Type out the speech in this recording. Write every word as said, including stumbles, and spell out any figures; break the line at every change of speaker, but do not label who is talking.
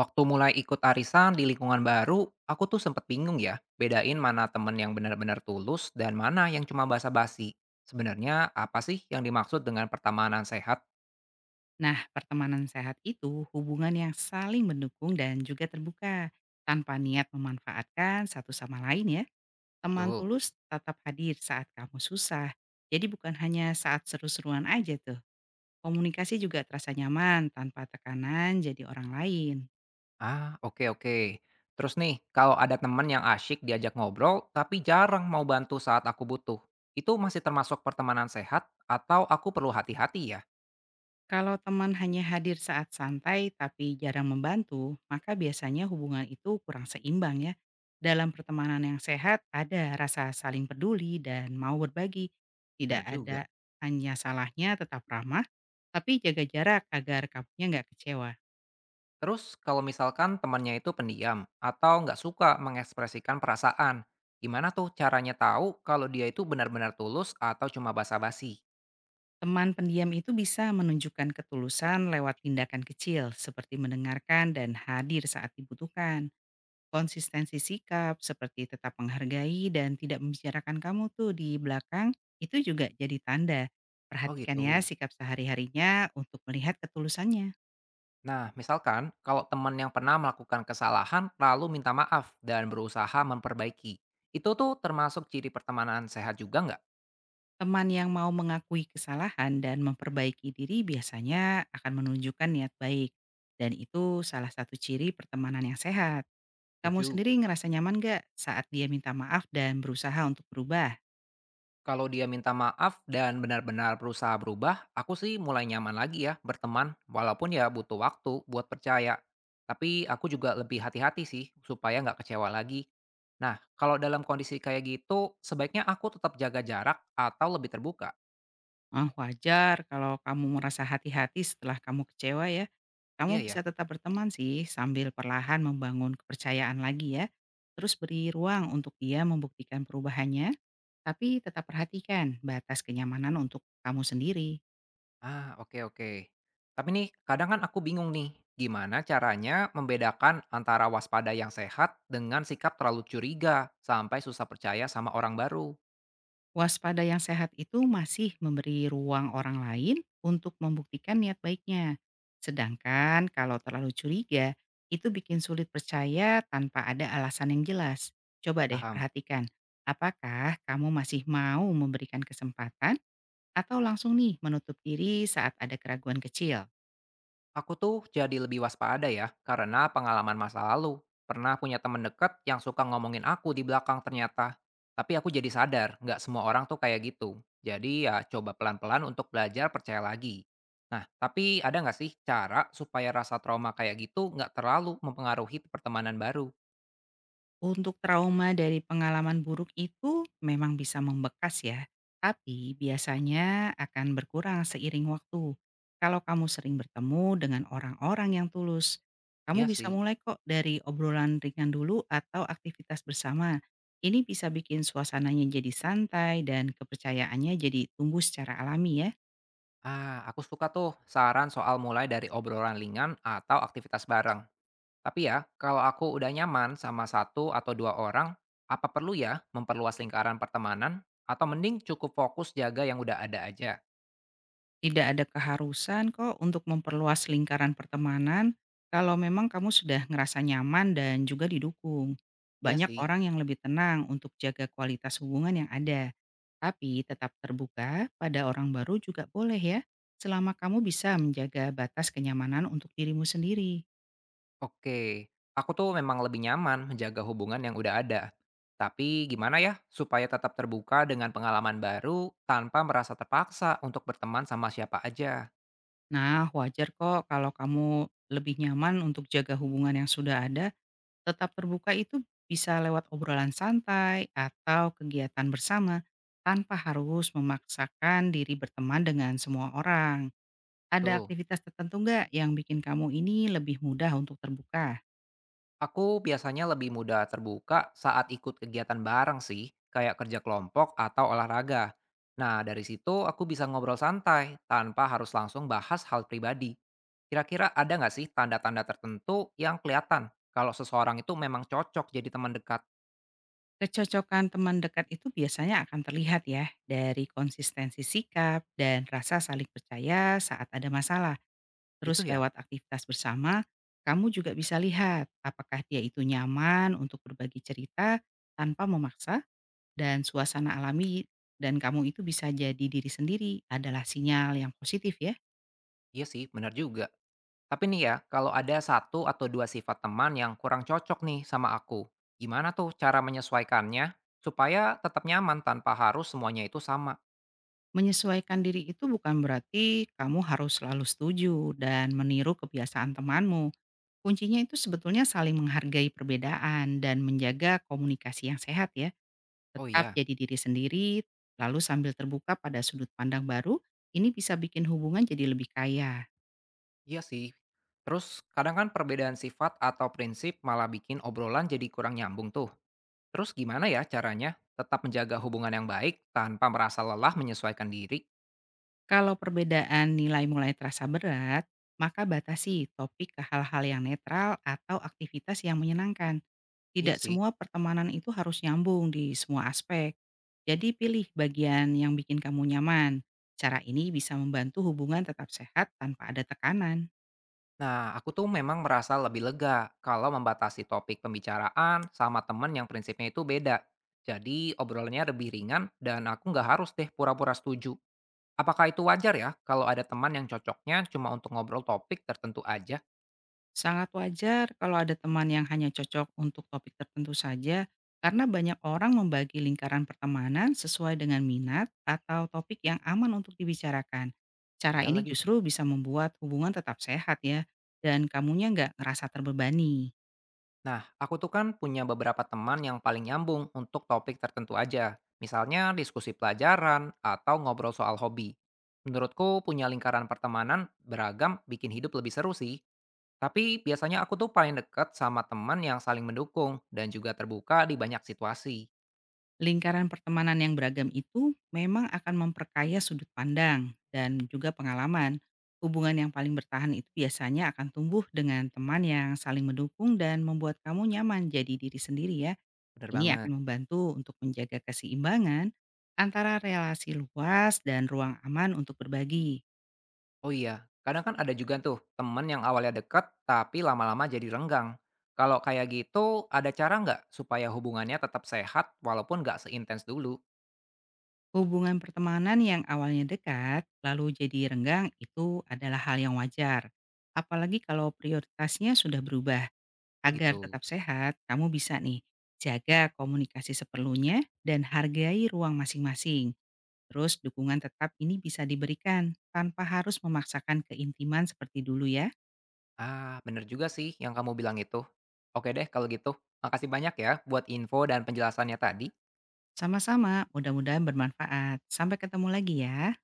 Waktu mulai ikut arisan di lingkungan baru, aku tuh sempet bingung ya, bedain mana temen yang benar-benar tulus dan mana yang cuma basa-basi. Sebenarnya apa sih yang dimaksud dengan pertemanan sehat?
Nah, pertemanan sehat itu hubungan yang saling mendukung dan juga terbuka, tanpa niat memanfaatkan satu sama lain ya. Teman
Tuh.
tulus tetap hadir saat kamu susah. Jadi bukan hanya saat seru-seruan aja tuh. Komunikasi juga terasa nyaman tanpa tekanan jadi orang lain.
Ah, oke oke. Terus nih, kalau ada temen yang asyik diajak ngobrol tapi jarang mau bantu saat aku butuh, itu masih termasuk pertemanan sehat atau aku perlu hati-hati ya?
Kalau teman hanya hadir saat santai tapi jarang membantu, maka biasanya hubungan itu kurang seimbang ya. Dalam pertemanan yang sehat ada rasa saling peduli dan mau berbagi. Tidak
Bener juga.
ada hanya salahnya tetap ramah, tapi jaga jarak agar kamunya nggak kecewa.
Terus kalau misalkan temannya itu pendiam atau nggak suka mengekspresikan perasaan, gimana tuh caranya tahu kalau dia itu benar-benar tulus atau cuma basa-basi?
Teman pendiam itu bisa menunjukkan ketulusan lewat tindakan kecil seperti mendengarkan dan hadir saat dibutuhkan. Konsistensi sikap seperti tetap menghargai dan tidak membicarakan kamu tuh di belakang, itu juga jadi tanda.
Oh
Perhatikan ya
gitu.
sikap sehari-harinya untuk melihat ketulusannya.
Nah, misalkan kalau teman yang pernah melakukan kesalahan lalu minta maaf dan berusaha memperbaiki, itu tuh termasuk ciri pertemanan sehat juga nggak?
Teman yang mau mengakui kesalahan dan memperbaiki diri biasanya akan menunjukkan niat baik. Dan itu salah satu ciri pertemanan yang sehat. Kamu
Setuju.
sendiri ngerasa nyaman gak saat dia minta maaf dan berusaha untuk berubah?
Kalau dia minta maaf dan benar-benar berusaha berubah, aku sih mulai nyaman lagi ya berteman, walaupun ya butuh waktu buat percaya. Tapi aku juga lebih hati-hati sih supaya nggak kecewa lagi. Nah, kalau dalam kondisi kayak gitu, sebaiknya aku tetap jaga jarak atau lebih terbuka.
Ah, wajar kalau kamu merasa hati-hati setelah kamu kecewa ya.
Iya
Kamu
ya.
bisa tetap berteman sih sambil perlahan membangun kepercayaan lagi ya. Terus beri ruang untuk dia membuktikan perubahannya, tapi tetap perhatikan batas kenyamanan untuk kamu sendiri.
Ah, oke oke. Tapi nih, kadang kan aku bingung nih, gimana caranya membedakan antara waspada yang sehat dengan sikap terlalu curiga sampai susah percaya sama orang baru.
Waspada yang sehat itu masih memberi ruang orang lain untuk membuktikan niat baiknya. Sedangkan kalau terlalu curiga, itu bikin sulit percaya tanpa ada alasan yang jelas. Coba deh
Paham?
perhatikan, apakah kamu masih mau memberikan kesempatan, atau langsung nih menutup diri saat ada keraguan kecil.
Aku tuh jadi lebih waspada ya, karena pengalaman masa lalu. Pernah punya temen deket yang suka ngomongin aku di belakang ternyata. Tapi aku jadi sadar, nggak semua orang tuh kayak gitu. Jadi ya coba pelan-pelan untuk belajar percaya lagi. Nah, tapi ada nggak sih cara supaya rasa trauma kayak gitu nggak terlalu mempengaruhi pertemanan baru?
Untuk trauma dari pengalaman buruk itu memang bisa membekas ya, tapi biasanya akan berkurang seiring waktu. Kalau kamu sering bertemu dengan orang-orang yang tulus, kamu
Iya sih.
bisa mulai kok dari obrolan ringan dulu atau aktivitas bersama. Ini bisa bikin suasananya jadi santai dan kepercayaannya jadi tumbuh secara alami ya.
Ah, aku suka tuh saran soal mulai dari obrolan ringan atau aktivitas bareng. Tapi ya, kalau aku udah nyaman sama satu atau dua orang, apa perlu ya memperluas lingkaran pertemanan? Atau mending cukup fokus jaga yang udah ada aja?
Tidak ada keharusan kok untuk memperluas lingkaran pertemanan kalau memang kamu sudah ngerasa nyaman dan juga didukung.
Iya
Banyak
sih.
orang yang lebih tenang untuk jaga kualitas hubungan yang ada. Tapi tetap terbuka pada orang baru juga boleh ya, selama kamu bisa menjaga batas kenyamanan untuk dirimu sendiri.
Oke, aku tuh memang lebih nyaman menjaga hubungan yang udah ada. Tapi gimana ya supaya tetap terbuka dengan pengalaman baru tanpa merasa terpaksa untuk berteman sama siapa aja?
Nah, wajar kok kalau kamu lebih nyaman untuk jaga hubungan yang sudah ada. Tetap terbuka itu bisa lewat obrolan santai atau kegiatan bersama, tanpa harus memaksakan diri berteman dengan semua orang. Ada
Tuh.
aktivitas tertentu nggak yang bikin kamu ini lebih mudah untuk terbuka?
Aku biasanya lebih mudah terbuka saat ikut kegiatan bareng sih, kayak kerja kelompok atau olahraga. Nah, dari situ aku bisa ngobrol santai tanpa harus langsung bahas hal pribadi. Kira-kira ada nggak sih tanda-tanda tertentu yang kelihatan kalau seseorang itu memang cocok jadi teman dekat?
Kecocokan teman dekat itu biasanya akan terlihat ya dari konsistensi sikap dan rasa saling percaya saat ada masalah. Terus
Gitu ya?
lewat aktivitas bersama, kamu juga bisa lihat apakah dia itu nyaman untuk berbagi cerita tanpa memaksa. Dan suasana alami dan kamu itu bisa jadi diri sendiri adalah sinyal yang positif ya.
Iya sih, benar juga. Tapi nih ya, kalau ada satu atau dua sifat teman yang kurang cocok nih sama aku, gimana tuh cara menyesuaikannya supaya tetap nyaman tanpa harus semuanya itu sama?
Menyesuaikan diri itu bukan berarti kamu harus selalu setuju dan meniru kebiasaan temanmu. Kuncinya itu sebetulnya saling menghargai perbedaan dan menjaga komunikasi yang sehat ya.
Oh
Tetap
iya.
jadi diri sendiri, lalu sambil terbuka pada sudut pandang baru, ini bisa bikin hubungan jadi lebih kaya.
Iya sih. Terus kadang kan perbedaan sifat atau prinsip malah bikin obrolan jadi kurang nyambung tuh. Terus gimana ya caranya tetap menjaga hubungan yang baik tanpa merasa lelah menyesuaikan diri?
Kalau perbedaan nilai mulai terasa berat, maka batasi topik ke hal-hal yang netral atau aktivitas yang menyenangkan.
Iya
Tidak
sih.
semua pertemanan itu harus nyambung di semua aspek. Jadi pilih bagian yang bikin kamu nyaman. Cara ini bisa membantu hubungan tetap sehat tanpa ada tekanan.
Nah, aku tuh memang merasa lebih lega kalau membatasi topik pembicaraan sama temen yang prinsipnya itu beda. Jadi obrolannya lebih ringan dan aku nggak harus deh pura-pura setuju. Apakah itu wajar ya kalau ada teman yang cocoknya cuma untuk ngobrol topik tertentu aja?
Sangat wajar kalau ada teman yang hanya cocok untuk topik tertentu saja, karena banyak orang membagi lingkaran pertemanan sesuai dengan minat atau topik yang aman untuk dibicarakan. Cara
Iya
ini
lagi.
justru bisa membuat hubungan tetap sehat ya, dan kamunya nggak ngerasa terbebani.
Nah, aku tuh kan punya beberapa teman yang paling nyambung untuk topik tertentu aja. Misalnya diskusi pelajaran atau ngobrol soal hobi. Menurutku punya lingkaran pertemanan beragam bikin hidup lebih seru sih. Tapi biasanya aku tuh paling dekat sama teman yang saling mendukung dan juga terbuka di banyak situasi.
Lingkaran pertemanan yang beragam itu memang akan memperkaya sudut pandang dan juga pengalaman. Hubungan yang paling bertahan itu biasanya akan tumbuh dengan teman yang saling mendukung dan membuat kamu nyaman jadi diri sendiri ya.
Bener
Ini
banget.
akan membantu untuk menjaga keseimbangan antara relasi luas dan ruang aman untuk berbagi.
Oh iya, kadang kan ada juga tuh teman yang awalnya dekat tapi lama-lama jadi renggang. Kalau kayak gitu, ada cara nggak supaya hubungannya tetap sehat walaupun nggak seintens dulu?
Hubungan pertemanan yang awalnya dekat lalu jadi renggang itu adalah hal yang wajar. Apalagi kalau prioritasnya sudah berubah.
Oh
Agar
gitu.
tetap sehat, kamu bisa nih jaga komunikasi seperlunya dan hargai ruang masing-masing. Terus dukungan tetap ini bisa diberikan tanpa harus memaksakan keintiman seperti dulu ya.
Ah, bener juga sih yang kamu bilang itu. Oke deh kalau gitu, makasih banyak ya buat info dan penjelasannya tadi.
Sama-sama, mudah-mudahan bermanfaat. Sampai ketemu lagi ya.